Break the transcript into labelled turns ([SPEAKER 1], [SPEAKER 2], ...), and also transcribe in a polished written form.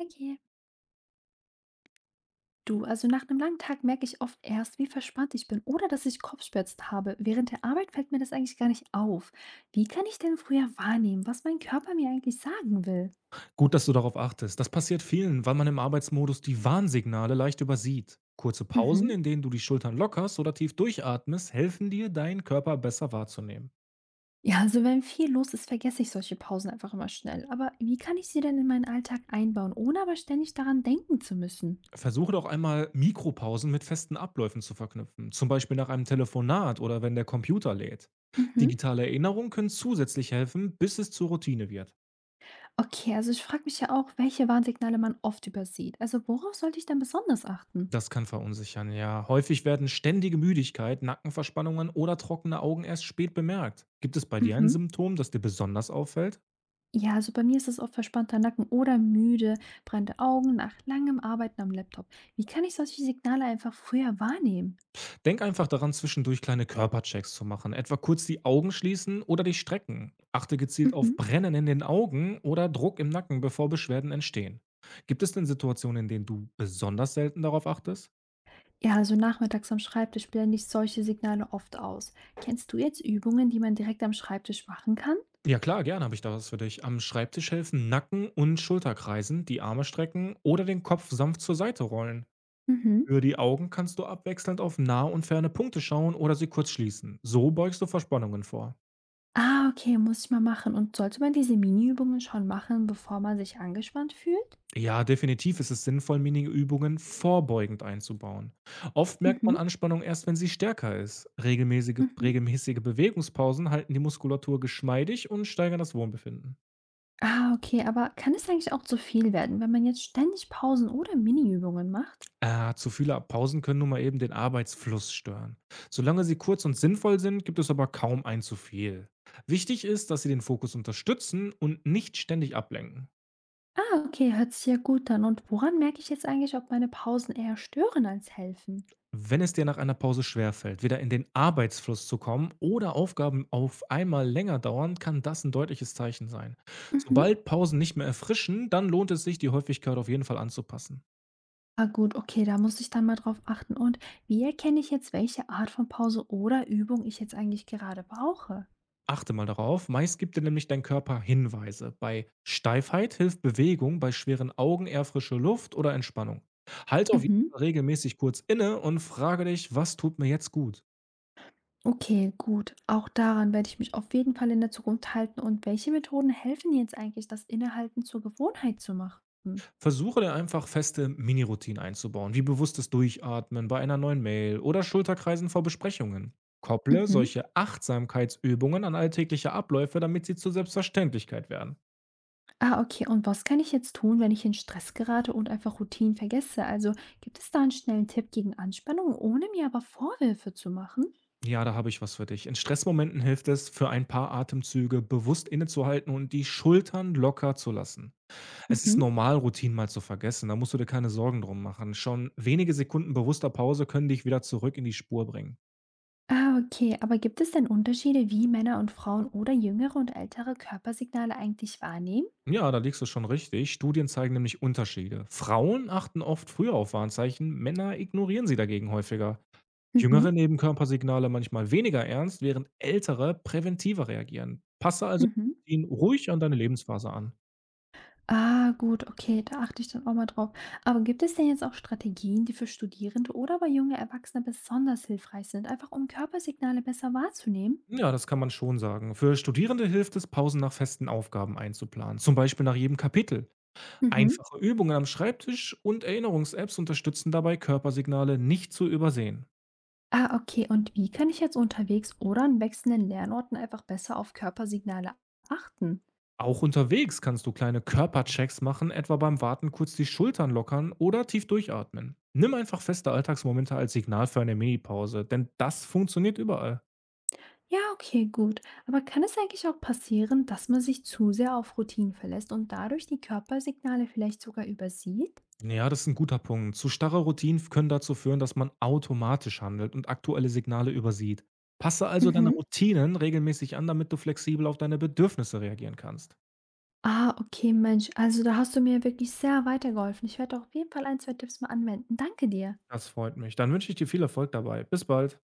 [SPEAKER 1] Okay. Du, also nach einem langen Tag merke ich oft erst, wie verspannt ich bin oder dass ich Kopfschmerzen habe. Während der Arbeit fällt mir das eigentlich gar nicht auf. Wie kann ich denn früher wahrnehmen, was mein Körper mir eigentlich sagen will?
[SPEAKER 2] Gut, dass du darauf achtest. Das passiert vielen, weil man im Arbeitsmodus die Warnsignale leicht übersieht. Kurze
[SPEAKER 1] Mhm.
[SPEAKER 2] Pausen, in denen du die Schultern lockerst oder tief durchatmest, helfen dir, deinen Körper besser wahrzunehmen.
[SPEAKER 1] Ja, also wenn viel los ist, vergesse ich solche Pausen einfach immer schnell. Aber wie kann ich sie denn in meinen Alltag einbauen, ohne aber ständig daran denken zu müssen?
[SPEAKER 2] Versuche doch einmal Mikropausen mit festen Abläufen zu verknüpfen, zum Beispiel nach einem Telefonat oder wenn der Computer lädt.
[SPEAKER 1] Mhm.
[SPEAKER 2] Digitale Erinnerungen können zusätzlich helfen, bis es zur Routine wird.
[SPEAKER 1] Okay, also ich frage mich ja auch, welche Warnsignale man oft übersieht. Also worauf sollte ich dann besonders achten?
[SPEAKER 2] Das kann verunsichern, ja. Häufig werden ständige Müdigkeit, Nackenverspannungen oder trockene Augen erst spät bemerkt. Gibt es bei dir ein
[SPEAKER 1] Mhm.
[SPEAKER 2] Symptom, das dir besonders auffällt?
[SPEAKER 1] Ja, also bei mir ist es oft verspannter Nacken oder müde, brennende Augen nach langem Arbeiten am Laptop. Wie kann ich solche Signale einfach früher wahrnehmen?
[SPEAKER 2] Denk einfach daran, zwischendurch kleine Körperchecks zu machen, etwa kurz die Augen schließen oder dich strecken. Achte gezielt auf
[SPEAKER 1] Mhm.
[SPEAKER 2] Brennen in den Augen oder Druck im Nacken, bevor Beschwerden entstehen. Gibt es denn Situationen, in denen du besonders selten darauf achtest?
[SPEAKER 1] Ja, also nachmittags am Schreibtisch blende ich solche Signale oft aus. Kennst du jetzt Übungen, die man direkt am Schreibtisch machen kann?
[SPEAKER 2] Ja klar, gerne habe ich da was für dich. Am Schreibtisch helfen Nacken- und Schulterkreisen, die Arme strecken oder den Kopf sanft zur Seite rollen.
[SPEAKER 1] Mhm.
[SPEAKER 2] Für die Augen kannst du abwechselnd auf nahe und ferne Punkte schauen oder sie kurz schließen. So beugst du Verspannungen vor.
[SPEAKER 1] Ah, okay, muss ich mal machen. Und sollte man diese Mini-Übungen schon machen, bevor man sich angespannt fühlt?
[SPEAKER 2] Ja, definitiv ist es sinnvoll, Mini-Übungen vorbeugend einzubauen. Oft merkt man
[SPEAKER 1] Mhm.
[SPEAKER 2] Anspannung erst, wenn sie stärker ist. Regelmäßige,
[SPEAKER 1] Mhm.
[SPEAKER 2] regelmäßige Bewegungspausen halten die Muskulatur geschmeidig und steigern das Wohlbefinden.
[SPEAKER 1] Ah, okay, aber kann es eigentlich auch zu viel werden, wenn man jetzt ständig Pausen oder Mini-Übungen macht?
[SPEAKER 2] Zu viele Pausen können nun mal eben den Arbeitsfluss stören. Solange sie kurz und sinnvoll sind, gibt es aber kaum ein zu viel. Wichtig ist, dass sie den Fokus unterstützen und nicht ständig ablenken.
[SPEAKER 1] Ah, okay, hört sich ja gut an. Und woran merke ich jetzt eigentlich, ob meine Pausen eher stören als helfen?
[SPEAKER 2] Wenn es dir nach einer Pause schwerfällt, wieder in den Arbeitsfluss zu kommen oder Aufgaben auf einmal länger dauern, kann das ein deutliches Zeichen sein.
[SPEAKER 1] Mhm.
[SPEAKER 2] Sobald Pausen nicht mehr erfrischen, dann lohnt es sich, die Häufigkeit auf jeden Fall anzupassen.
[SPEAKER 1] Ah, gut, okay, da muss ich dann mal drauf achten. Und wie erkenne ich jetzt, welche Art von Pause oder Übung ich jetzt eigentlich gerade brauche?
[SPEAKER 2] Achte mal darauf, meist gibt dir nämlich dein Körper Hinweise. Bei Steifheit hilft Bewegung, bei schweren Augen eher frische Luft oder Entspannung. Halte auf jeden
[SPEAKER 1] Mhm.
[SPEAKER 2] Fall regelmäßig kurz inne und frage dich, was tut mir jetzt gut?
[SPEAKER 1] Okay, gut. Auch daran werde ich mich auf jeden Fall in der Zukunft halten. Und welche Methoden helfen jetzt eigentlich, das Innehalten zur Gewohnheit zu machen?
[SPEAKER 2] Versuche dir einfach feste Mini-Routinen einzubauen, wie bewusstes Durchatmen bei einer neuen Mail oder Schulterkreisen vor Besprechungen. Kopple
[SPEAKER 1] Mhm.
[SPEAKER 2] solche Achtsamkeitsübungen an alltägliche Abläufe, damit sie zur Selbstverständlichkeit werden.
[SPEAKER 1] Ah, okay. Und was kann ich jetzt tun, wenn ich in Stress gerate und einfach Routinen vergesse? Also gibt es da einen schnellen Tipp gegen Anspannung, ohne mir aber Vorwürfe zu machen?
[SPEAKER 2] Ja, da habe ich was für dich. In Stressmomenten hilft es, für ein paar Atemzüge bewusst innezuhalten und die Schultern locker zu lassen. Es ist
[SPEAKER 1] Mhm.
[SPEAKER 2] normal, Routinen mal zu vergessen, da musst du dir keine Sorgen drum machen. Schon wenige Sekunden bewusster Pause können dich wieder zurück in die Spur bringen.
[SPEAKER 1] Ah, okay. Aber gibt es denn Unterschiede, wie Männer und Frauen oder jüngere und ältere Körpersignale eigentlich wahrnehmen?
[SPEAKER 2] Ja, da liegst du schon richtig. Studien zeigen nämlich Unterschiede. Frauen achten oft früher auf Warnzeichen, Männer ignorieren sie dagegen häufiger.
[SPEAKER 1] Mhm.
[SPEAKER 2] Jüngere nehmen Körpersignale manchmal weniger ernst, während ältere präventiver reagieren. Passe also
[SPEAKER 1] Mhm.
[SPEAKER 2] ihn ruhig an deine Lebensphase an.
[SPEAKER 1] Ah, gut, okay, da achte ich dann auch mal drauf. Aber gibt es denn jetzt auch Strategien, die für Studierende oder bei junge Erwachsene besonders hilfreich sind, einfach um Körpersignale besser wahrzunehmen?
[SPEAKER 2] Ja, das kann man schon sagen. Für Studierende hilft es, Pausen nach festen Aufgaben einzuplanen, zum Beispiel nach jedem Kapitel.
[SPEAKER 1] Mhm.
[SPEAKER 2] Einfache Übungen am Schreibtisch und Erinnerungs-Apps unterstützen dabei, Körpersignale nicht zu übersehen.
[SPEAKER 1] Ah, okay. Und wie kann ich jetzt unterwegs oder an wechselnden Lernorten einfach besser auf Körpersignale achten?
[SPEAKER 2] Auch unterwegs kannst du kleine Körperchecks machen, etwa beim Warten kurz die Schultern lockern oder tief durchatmen. Nimm einfach feste Alltagsmomente als Signal für eine Minipause, denn das funktioniert überall.
[SPEAKER 1] Ja, okay, gut. Aber kann es eigentlich auch passieren, dass man sich zu sehr auf Routinen verlässt und dadurch die Körpersignale vielleicht sogar übersieht?
[SPEAKER 2] Ja, das ist ein guter Punkt. Zu starre Routinen können dazu führen, dass man automatisch handelt und aktuelle Signale übersieht. Passe also deine
[SPEAKER 1] Mhm.
[SPEAKER 2] Routinen regelmäßig an, damit du flexibel auf deine Bedürfnisse reagieren kannst.
[SPEAKER 1] Ah, okay, Mensch. Also da hast du mir wirklich sehr weitergeholfen. Ich werde auf jeden Fall ein, zwei Tipps mal anwenden. Danke dir.
[SPEAKER 2] Das freut mich. Dann wünsche ich dir viel Erfolg dabei. Bis bald.